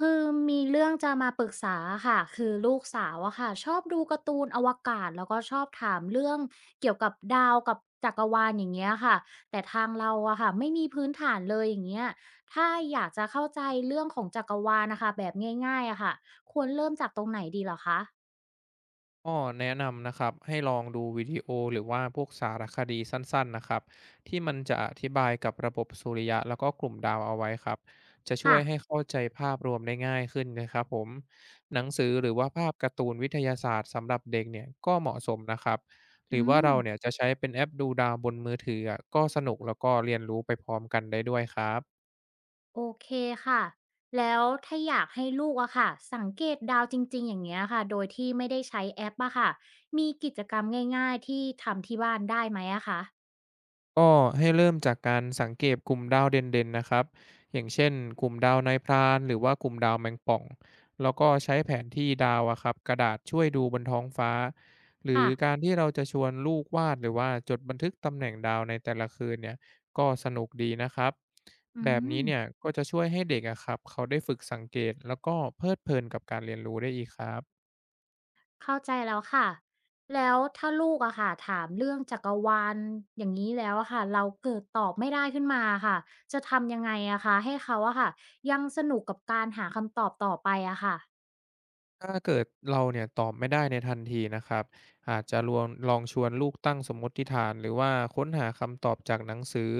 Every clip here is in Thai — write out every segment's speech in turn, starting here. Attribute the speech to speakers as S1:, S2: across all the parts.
S1: คือมีเรื่องจะมาปรึกษาค่ะคือลูกสาวอะค่ะชอบดูการ์ตูนอวกาศแล้วก็ชอบถามเรื่องเกี่ยวกับดาวกับจักรวาลอย่างเงี้ยค่ะแต่ทางเราอะค่ะไม่มีพื้นฐานเลยอย่างเงี้ยถ้าอยากจะเข้าใจเรื่องของจักรวาลนะคะแบบง่ายๆอะค่ะควรเริ่มจากตรงไหนดีเหรอคะ
S2: ก็แนะนำนะครับให้ลองดูวิดีโอหรือว่าพวกสารคดีสั้นๆนะครับที่มันจะอธิบายกับระบบสุริยะแล้วก็กลุ่มดาวเอาไว้ครับจะช่ว
S1: ค่ะ
S2: ยให้เข้าใจภาพรวมได้ง่ายขึ้นนะครับผมหนังสือหรือว่าภาพการ์ตูนวิทยาศาสตร์สำหรับเด็กเนี่ยก็เหมาะสมนะครับห
S1: อื
S2: รือว่า
S1: ม
S2: เราเนี่ยจะใช้เป็นแอปดูดาวบนมือถืออะก็สนุกแล้วก็เรียนรู้ไปพร้อมกันได้ด้วยครับ
S1: โอเคค่ะ แล้วถ้าอยากให้ลูกอะค่ะสังเกตดาวจริงๆอย่างเงี้ยค่ะ โดยที่ไม่ได้ใช้แอปอะค่ะมีกิจกรรมง่ายๆที่ทำที่บ้านได้ไหมอะคะ
S2: ก็ให้เริ่มจากการสังเกตกลุ่มดาวเด่นๆนะครับอย่างเช่นกลุ่มดาวนายพรานหรือว่ากลุ่มดาวแมงป่องแล้วก็ใช้แผนที่ดาวอะครับกระดาษช่วยดูบนท้องฟ้าหรือ
S1: ค่ะ
S2: การที่เราจะชวนลูกวาดหรือว่าจดบันทึกตำแหน่งดาวในแต่ละคืนเนี่ยก็สนุกดีนะครับ
S1: อื
S2: แบบ
S1: ม
S2: นี้เนี่ยก็จะช่วยให้เด็กอะครับเขาได้ฝึกสังเกตแล้วก็เพลิดเพลินกับการเรียนรู้ได้อีกครับ
S1: เข้าใจแล้วค่ะ แล้วถ้าลูกอะค่ะถามเรื่องจักรวาลอย่างนี้แล้วอะค่ะ เราเกิดตอบไม่ได้ขึ้นมาค่ะ จะทำยังไงอะคะให้เขาอะค่ะ ยังสนุกกับการหาคำตอบต่อไปอะค่ะ
S2: ถ้าเกิดเราเนี่ยตอบไม่ได้ในทันทีนะครับอาจจะลองชวนลูกตั้งสมมติฐานหรือว่าค้นหาคำตอบจากหนังสือ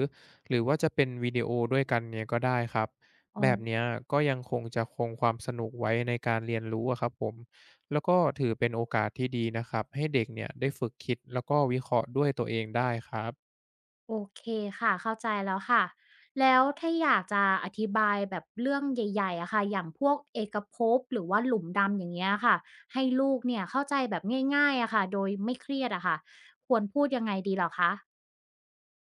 S2: หรือว่าจะเป็นวิดีโอด้วยกันเนี่ยก็ได้ครับ
S1: อ๋อ
S2: แบบเนี้ยก็ยังคงจะคงความสนุกไว้ในการเรียนรู้อะครับผมแล้วก็ถือเป็นโอกาสที่ดีนะครับให้เด็กเนี่ยได้ฝึกคิดแล้วก็วิเคราะห์ด้วยตัวเองได้ครับ
S1: โอเคค่ะเข้าใจแล้วค่ะแล้วถ้าอยากจะอธิบายแบบเรื่องใหญ่ๆอะค่ะอย่างพวกเอกภพหรือว่าหลุมดำอย่างเงี้ยค่ะให้ลูกเนี่ยเข้าใจแบบง่ายๆอะค่ะโดยไม่เครียดอะค่ะควรพูดยังไงดีเหรอคะ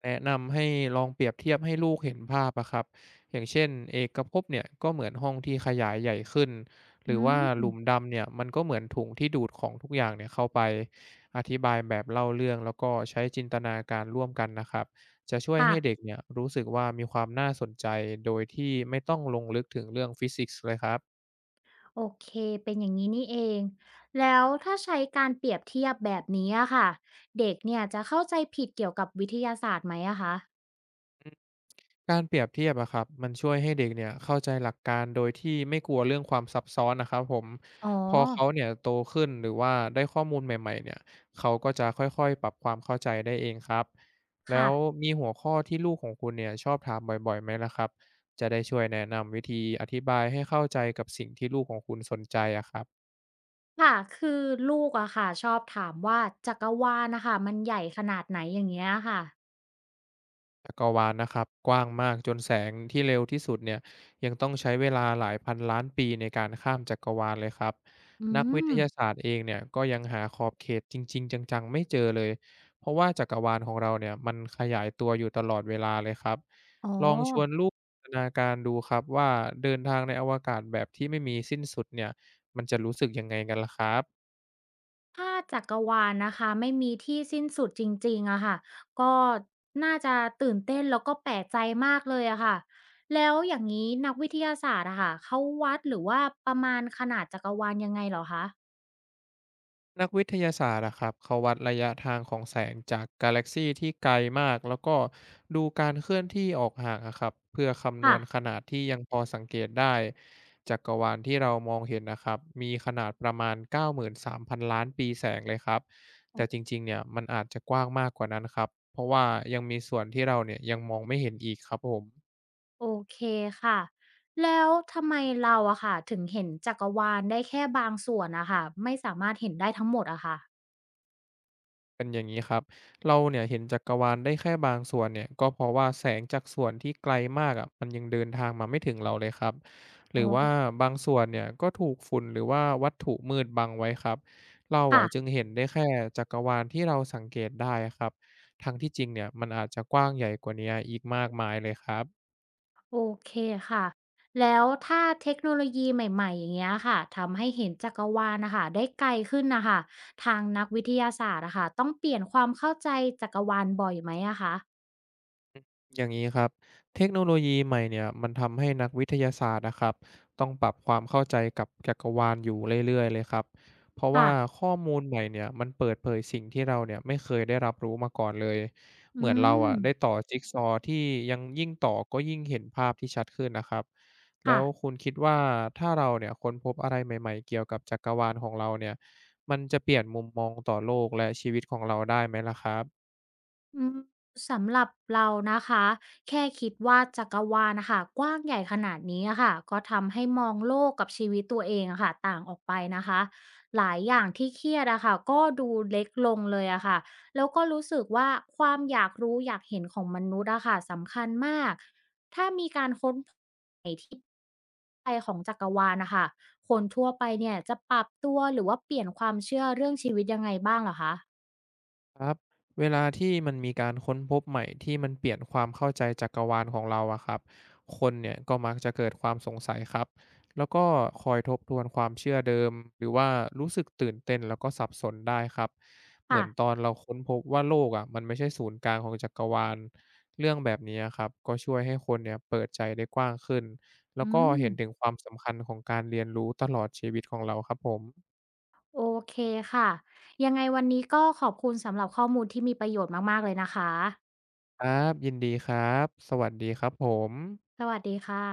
S2: แนะนำให้ลองเปรียบเทียบให้ลูกเห็นภาพอะครับอย่างเช่นเอกภพเนี่ยก็เหมือนห้องที่ขยายใหญ่ขึ้นห
S1: อื
S2: รือว่าหลุ
S1: ม
S2: มดำเนี่ยมันก็เหมือนถุงที่ดูดของทุกอย่างเนี่ยเข้าไปอธิบายแบบเล่าเรื่องแล้วก็ใช้จินตนาการร่วมกันนะครับจะช่วย
S1: ค่ะ
S2: ให้เด็กเนี่ยรู้สึกว่ามีความน่าสนใจโดยที่ไม่ต้องลงลึกถึงเรื่องฟิสิกส์เลยครับ
S1: โอเคเป็นอย่างนี้นี่เองแล้วถ้าใช้การเปรียบเทียบแบบนี้อะค่ะเด็กเนี่ยจะเข้าใจผิดเกี่ยวกับวิทยาศาสตร์ไหมอะคะ
S2: การเปรียบเทียบอะครับมันช่วยให้เด็กเนี่ยเข้าใจหลักการโดยที่ไม่กลัวเรื่องความซับซ้อนนะครับผม
S1: อ๋อ
S2: พอเขาเนี่ยโตขึ้นหรือว่าได้ข้อมูลใหม่ๆเนี่ยเขาก็จะค่อยๆปรับความเข้าใจได้เองครับแล้
S1: ค่ะ
S2: วมีหัวข้อที่ลูกของคุณเนี่ยชอบถามบ่อยๆไหมล่ะครับจะได้ช่วยแนะนำวิธีอธิบายให้เข้าใจกับสิ่งที่ลูกของคุณสนใจอะครับ
S1: ค่ะคือลูกอะค่ะชอบถามว่าจักรวาลนะคะมันใหญ่ขนาดไหนอย่างเงี้ยค่ะ
S2: จักรวาลนะครับกว้างมากจนแสงที่เร็วที่สุดเนี่ยยังต้องใช้เวลาหลายพันล้านปีในการข้ามจักรวาลเลยครับ
S1: อื
S2: นักวิท
S1: ม
S2: ยาศาสตร์เองเนี่ยก็ยังหาขอบเขตจริงๆจังๆไม่เจอเลยเพราะว่าจักรวาลของเราเนี่ยมันขยายตัวอยู่ตลอดเวลาเลยครับ
S1: อ๋อ
S2: ลองชวนลูกจินตนาการดูครับว่าเดินทางในอวกาศแบบที่ไม่มีสิ้นสุดเนี่ยมันจะรู้สึกยังไงกันล่ะครับ
S1: ถ้าจักรวาลนะคะไม่มีที่สิ้นสุดจริงๆอะค่ะก็น่าจะตื่นเต้นแล้วก็แปลกใจมากเลยอะค่ะแล้วอย่างนี้นักวิทยาศาสตร์อะค่ะเขาวัดหรือว่าประมาณขนาดจักรวาลยังไงเหรอคะ
S2: นักวิทยาศาสตร์อะครับเขาวัดระยะทางของแสงจากกาแล็กซีที่ไกลมากแล้วก็ดูการเคลื่อนที่ออกห่างอะครับเพื่อคำนว
S1: ค่ะ
S2: ณขนาดที่ยังพอสังเกตได้จักรวาลที่เรามองเห็นนะครับมีขนาดประมาณ93,000,000,000ปีแสงเลยครับแต่จริงๆเนี่ยมันอาจจะกว้างมากกว่านั้นครับเพราะว่ายังมีส่วนที่เราเนี่ยยังมองไม่เห็นอีกครับผม
S1: โอเคค่ะแล้วทำไมเราอะค่ะถึงเห็นจักรวาลได้แค่บางส่วนอะค่ะไม่สามารถเห็นได้ทั้งหมดอะค่ะ
S2: เป็นอย่างนี้ครับ เราเนี่ยเห็นจักรวาลได้แค่บางส่วนเนี่ยก็เพราะว่าแสงจากส่วนที่ไกลมากอะมันยังเดินทางมาไม่ถึงเราเลยครับห
S1: อ๋อ
S2: รือว่าบางส่วนเนี่ยก็ถูกฝุ่นหรือว่าวัตถุมืดบังไว้ครับเราอ่ะจึ
S1: ค่ะ
S2: งเห็นได้แค่จักรวาลที่เราสังเกตได้ครับทั้งที่จริงเนี่ยมันอาจจะกว้างใหญ่กว่านี้อีกมากมายเลยครับ
S1: โอเคค่ะแล้วถ้าเทคโนโลยีใหม่ๆอย่างเงี้ยค่ะทำให้เห็นจักรวาลนะคะได้ไกลขึ้นนะคะทางนักวิทยาศาสตร์อะค่ะต้องเปลี่ยนความเข้าใจจักรวาลบ่อยไหมอะคะ
S2: อย่างนี้ครับเทคโนโลยีใหม่เนี่ยมันทำให้นักวิทยาศาสตร์นะครับต้องปรับความเข้าใจกับจักรวาลอยู่เรื่อยๆเลยครับเพราะว่า
S1: ค่ะ
S2: ข้อมูลใหม่เนี่ยมันเปิดเผยสิ่งที่เราเนี่ยไม่เคยได้รับรู้มาก่อนเลย
S1: อื
S2: เหมือนเราอ่ะ
S1: ม
S2: ได้ต่อจิ๊กซอว์ที่ยังยิ่งต่อก็ยิ่งเห็นภาพที่ชัดขึ้นนะครับแล้
S1: ค่ะ
S2: วคุณคิดว่าถ้าเราเนี่ยค้นพบอะไรใหม่ๆเกี่ยวกับจักรวาลของเราเนี่ยมันจะเปลี่ยนมุมมองต่อโลกและชีวิตของเราได้ไหมล่ะครับ
S1: อืมสำหรับเรานะคะแค่คิดว่าจักรวาลนะคะกว้างใหญ่ขนาดนี้อะค่ะก็ทำให้มองโลกกับชีวิตตัวเองอะค่ะต่างออกไปนะคะหลายอย่างที่เครียดอะค่ะก็ดูเล็กลงเลยอะค่ะแล้วก็รู้สึกว่าความอยากรู้อยากเห็นของมนุษย์อะค่ะสำคัญมากถ้ามีการค้นไหนที่ไปของจักรวาลนะค่ะคนทั่วไปเนี่ยจะปรับตัวหรือว่าเปลี่ยนความเชื่อเรื่องชีวิตยังไงบ้างเหรอคะ
S2: ครับเวลาที่มันมีการค้นพบใหม่ที่มันเปลี่ยนความเข้าใจจักรวาลของเราอะครับคนเนี่ยก็มักจะเกิดความสงสัยครับแล้วก็คอยทบทวนความเชื่อเดิมหรือว่ารู้สึกตื่นเต้นแล้วก็สับสนได้ครับเหมื
S1: ค่ะ
S2: อนตอนเราค้นพบว่าโลกอะมันไม่ใช่ศูนย์กลางของจักรวาลเรื่องแบบนี้ครับก็ช่วยให้คนเนี่ยเปิดใจได้กว้างขึ้นแล้
S1: อื
S2: วก็
S1: ม
S2: เห็นถึงความสำคัญของการเรียนรู้ตลอดชีวิตของเราครับผม
S1: โอเคค่ะยังไงวันนี้ก็ขอบคุณสำหรับข้อมูลที่มีประโยชน์มากๆเลยนะคะ
S2: ครับยินดีครับสวัสดีครับผม
S1: สวัสดีค่ะ